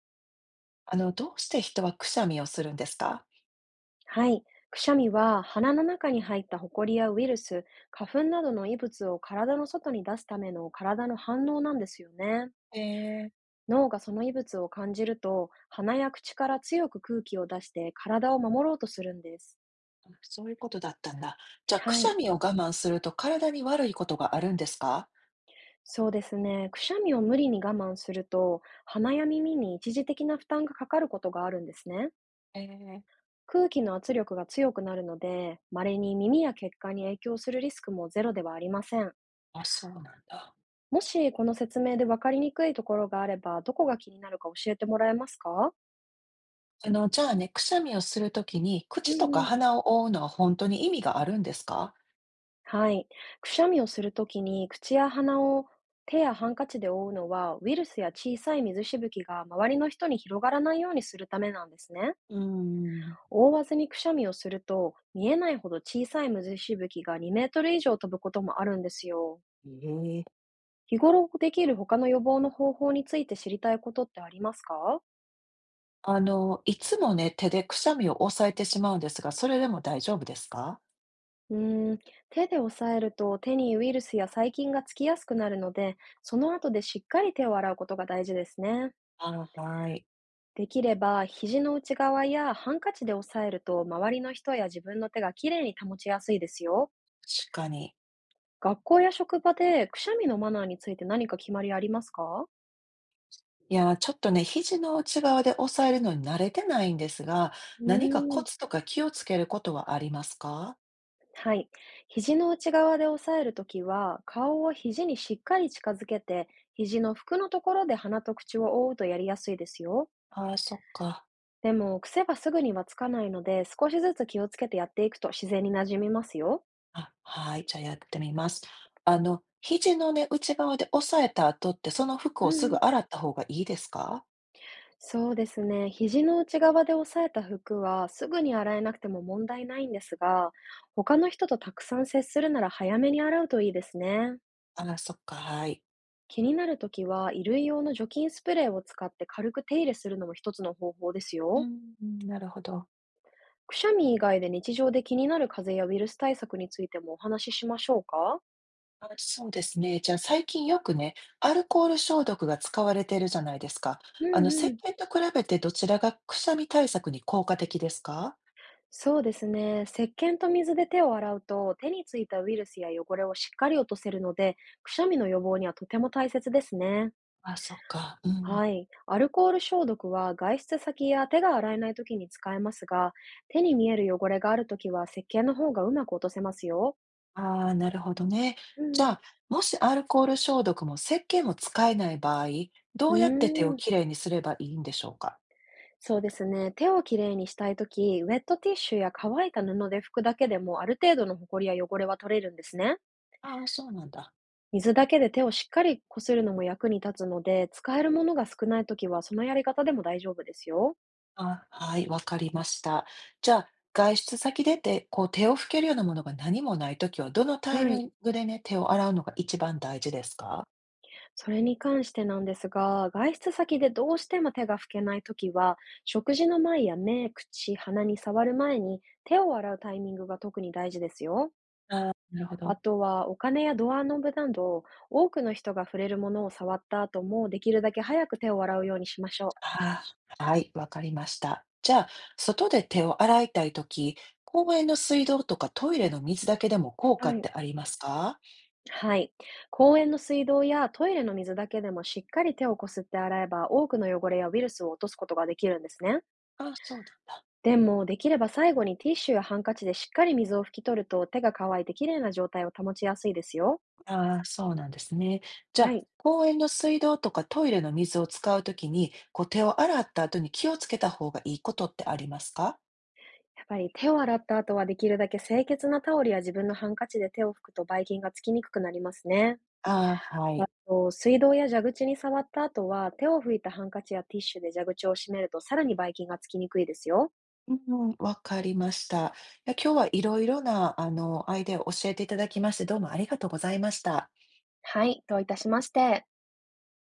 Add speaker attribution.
Speaker 1: どうして人はくしゃみをするんですか？
Speaker 2: はい。くしゃみは鼻の中に入ったホコリやウイルス、花粉などの異物を体の外に出すための体の反応なんですよね。
Speaker 1: ええ、
Speaker 2: 脳がその異物を感じると、鼻や口から強く空気を出して体を守ろうとするんです。
Speaker 1: そういうことだったんだ。じゃあ、く
Speaker 2: は
Speaker 1: しゃ
Speaker 2: い。
Speaker 1: みを我慢すると体に悪いことがあるんですか？
Speaker 2: そうですね。くしゃみを無理に我慢すると、鼻や耳に一時的な負担がかかることがあるんですね。
Speaker 1: ええ、
Speaker 2: 空気の圧力が強くなるので、稀に耳や血管に影響するリスクもゼロではありません。
Speaker 1: あ、そうなんだ。
Speaker 2: もしこの説明で分かりにくいところがあれば、どこが気になるか教えてもらえますか？
Speaker 1: じゃあね、くしゃみをするときに
Speaker 2: う
Speaker 1: 口と
Speaker 2: ん
Speaker 1: か
Speaker 2: うん。
Speaker 1: 鼻を覆うのは本当に意味があるんですか？
Speaker 2: はい。くしゃみをするときに口や鼻を手やハンカチで覆うのは、ウイルスや小さい水しぶきが周りの人に広がらないようにするためなんですね。
Speaker 1: うーん、
Speaker 2: 覆わずにくしゃみをすると、見えないほど小さい水しぶきが2メートル以上飛ぶこともあるんですよ。
Speaker 1: ええ。
Speaker 2: 日頃できる他の予防の方法について知りたいことってありますか？
Speaker 1: いつもね、手でくしゃみを抑えてしまうんですが、それでも大丈夫ですか？
Speaker 2: うーん、手で押さえると手にウイルスや細菌がつきやすくなるので、その後でしっかり手を洗うことが大事ですね。
Speaker 1: あ、はい。
Speaker 2: できれば、肘の内側やハンカチで押さえると、周りの人や自分の手がきれいに保ちやすいですよ。
Speaker 1: 確かに。
Speaker 2: 学校や職場でくしゃみのマナーについて何か決まりありますか？
Speaker 1: いやー、ちょっとね、肘の内側で押さえるのに慣れてないんですが、
Speaker 2: う
Speaker 1: 何か
Speaker 2: ー
Speaker 1: コ
Speaker 2: ん、
Speaker 1: ツとか気をつけることはありますか？
Speaker 2: はい。肘の内側で押さえるときは、顔を肘にしっかり近づけて、肘の服のところで鼻と口を覆うとやりやすいですよ。
Speaker 1: ああー、そっか。
Speaker 2: でも、癖がすぐにはつかないので、少しずつ気をつけてやっていくと自然に馴染みますよ。
Speaker 1: あ、はい、じゃあやってみます。肘のね、内側で押さえた後って、その服
Speaker 2: う
Speaker 1: をす
Speaker 2: んう
Speaker 1: ぐ
Speaker 2: ん。
Speaker 1: 洗った方がいいですか？
Speaker 2: そうですね。肘の内側で押さえた服はすぐに洗えなくても問題ないんですが、他の人とたくさん接するなら早めに洗うといいですね。
Speaker 1: ああー、そっか、はい。
Speaker 2: 気になるときは、衣類用の除菌スプレーを使って軽く手入れするのも一つの方法です
Speaker 1: う
Speaker 2: よ。
Speaker 1: ん、なるほど。
Speaker 2: くしゃみ以外で日常で気になる風邪やウイルス対策についてもお話ししましょうか？
Speaker 1: あ、そうですね。じゃあ最近よくね、アルコール消毒が使われているじゃないですか。
Speaker 2: うん
Speaker 1: 石
Speaker 2: う
Speaker 1: 鹸
Speaker 2: ん。
Speaker 1: と比べてどちらがくしゃみ対策に効果的ですか？
Speaker 2: そうですね。石鹸と水で手を洗うと、手についたウイルスや汚れをしっかり落とせるので、くしゃみの予防にはとても大切ですね。
Speaker 1: あ、そっか。うん。
Speaker 2: はい。アルコール消毒は外出先や手が洗えない時に使えますが、手に見える汚れがある時は石鹸の方がうまく落とせますよ。
Speaker 1: ああ、なるほどね。
Speaker 2: う
Speaker 1: じゃ
Speaker 2: ん、
Speaker 1: あ、もしアルコール消毒も石鹸も使えない場合、
Speaker 2: う
Speaker 1: どうやって手を
Speaker 2: ーん、
Speaker 1: きれいにすればいいんでしょうか？
Speaker 2: そうですね。手をきれいにしたいとき、ウェットティッシュや乾いた布で拭くだけでもある程度のホコリや汚れは取れるんですね。
Speaker 1: ああ、そうなんだ。
Speaker 2: 水だけで手をしっかりこするのも役に立つので、使えるものが少ないときはそのやり方でも大丈夫ですよ。
Speaker 1: あ、はい、わかりました。じゃあ、外出先でて、こう手を拭けるようなものが何もないときは、どのタイ
Speaker 2: はい。
Speaker 1: ミングでね、手を洗うのが一番大事ですか？
Speaker 2: それに関してなんですが、外出先でどうしても手が拭けないときは、食事の前や目、口、鼻に触る前に手を洗うタイミングが特に大事ですよ。
Speaker 1: ああ、なるほ
Speaker 2: あ
Speaker 1: ど。
Speaker 2: とは、お金やドアノブなど、多くの人が触れるものを触った後も、できるだけ早く手を洗うようにしましょ
Speaker 1: ああ、はい、わかりました。じゃあ、外で手を洗いたいとき、公園の水道とかトイレの水だけでも効
Speaker 2: う。
Speaker 1: 果
Speaker 2: は
Speaker 1: っ
Speaker 2: い。
Speaker 1: てありますか？
Speaker 2: はい。公園の水道やトイレの水だけでもしっかり手をこすって洗えば多くの汚れやウイルスを落とすことができるんですね。
Speaker 1: ああ、そうなんだ。
Speaker 2: でも、できれば最後にティッシュやハンカチでしっかり水を拭き取ると手が乾いてきれいな状態を保ちやすいですよ。
Speaker 1: ああ、そうなんですね。じゃ
Speaker 2: は
Speaker 1: あ、
Speaker 2: い。
Speaker 1: 公園の水道とかトイレの水を使うときに、こう手を洗った後に気をつけた方がいいことってありますか？
Speaker 2: やっぱり手を洗った後はできるだけ清潔なタオルや自分のハンカチで手を拭くとばい菌がつきにくくなりますね。
Speaker 1: ああ、は
Speaker 2: あ
Speaker 1: い。
Speaker 2: と、水道や蛇口に触った後は手を拭いたハンカチやティッシュで蛇口を閉めるとさらにばい菌がつきにくいですよ。
Speaker 1: うんわかりました。いや、今日はいろいろな、アイデアを教えていただきまして、どうもありがとうございました。
Speaker 2: はい。どういたしまして。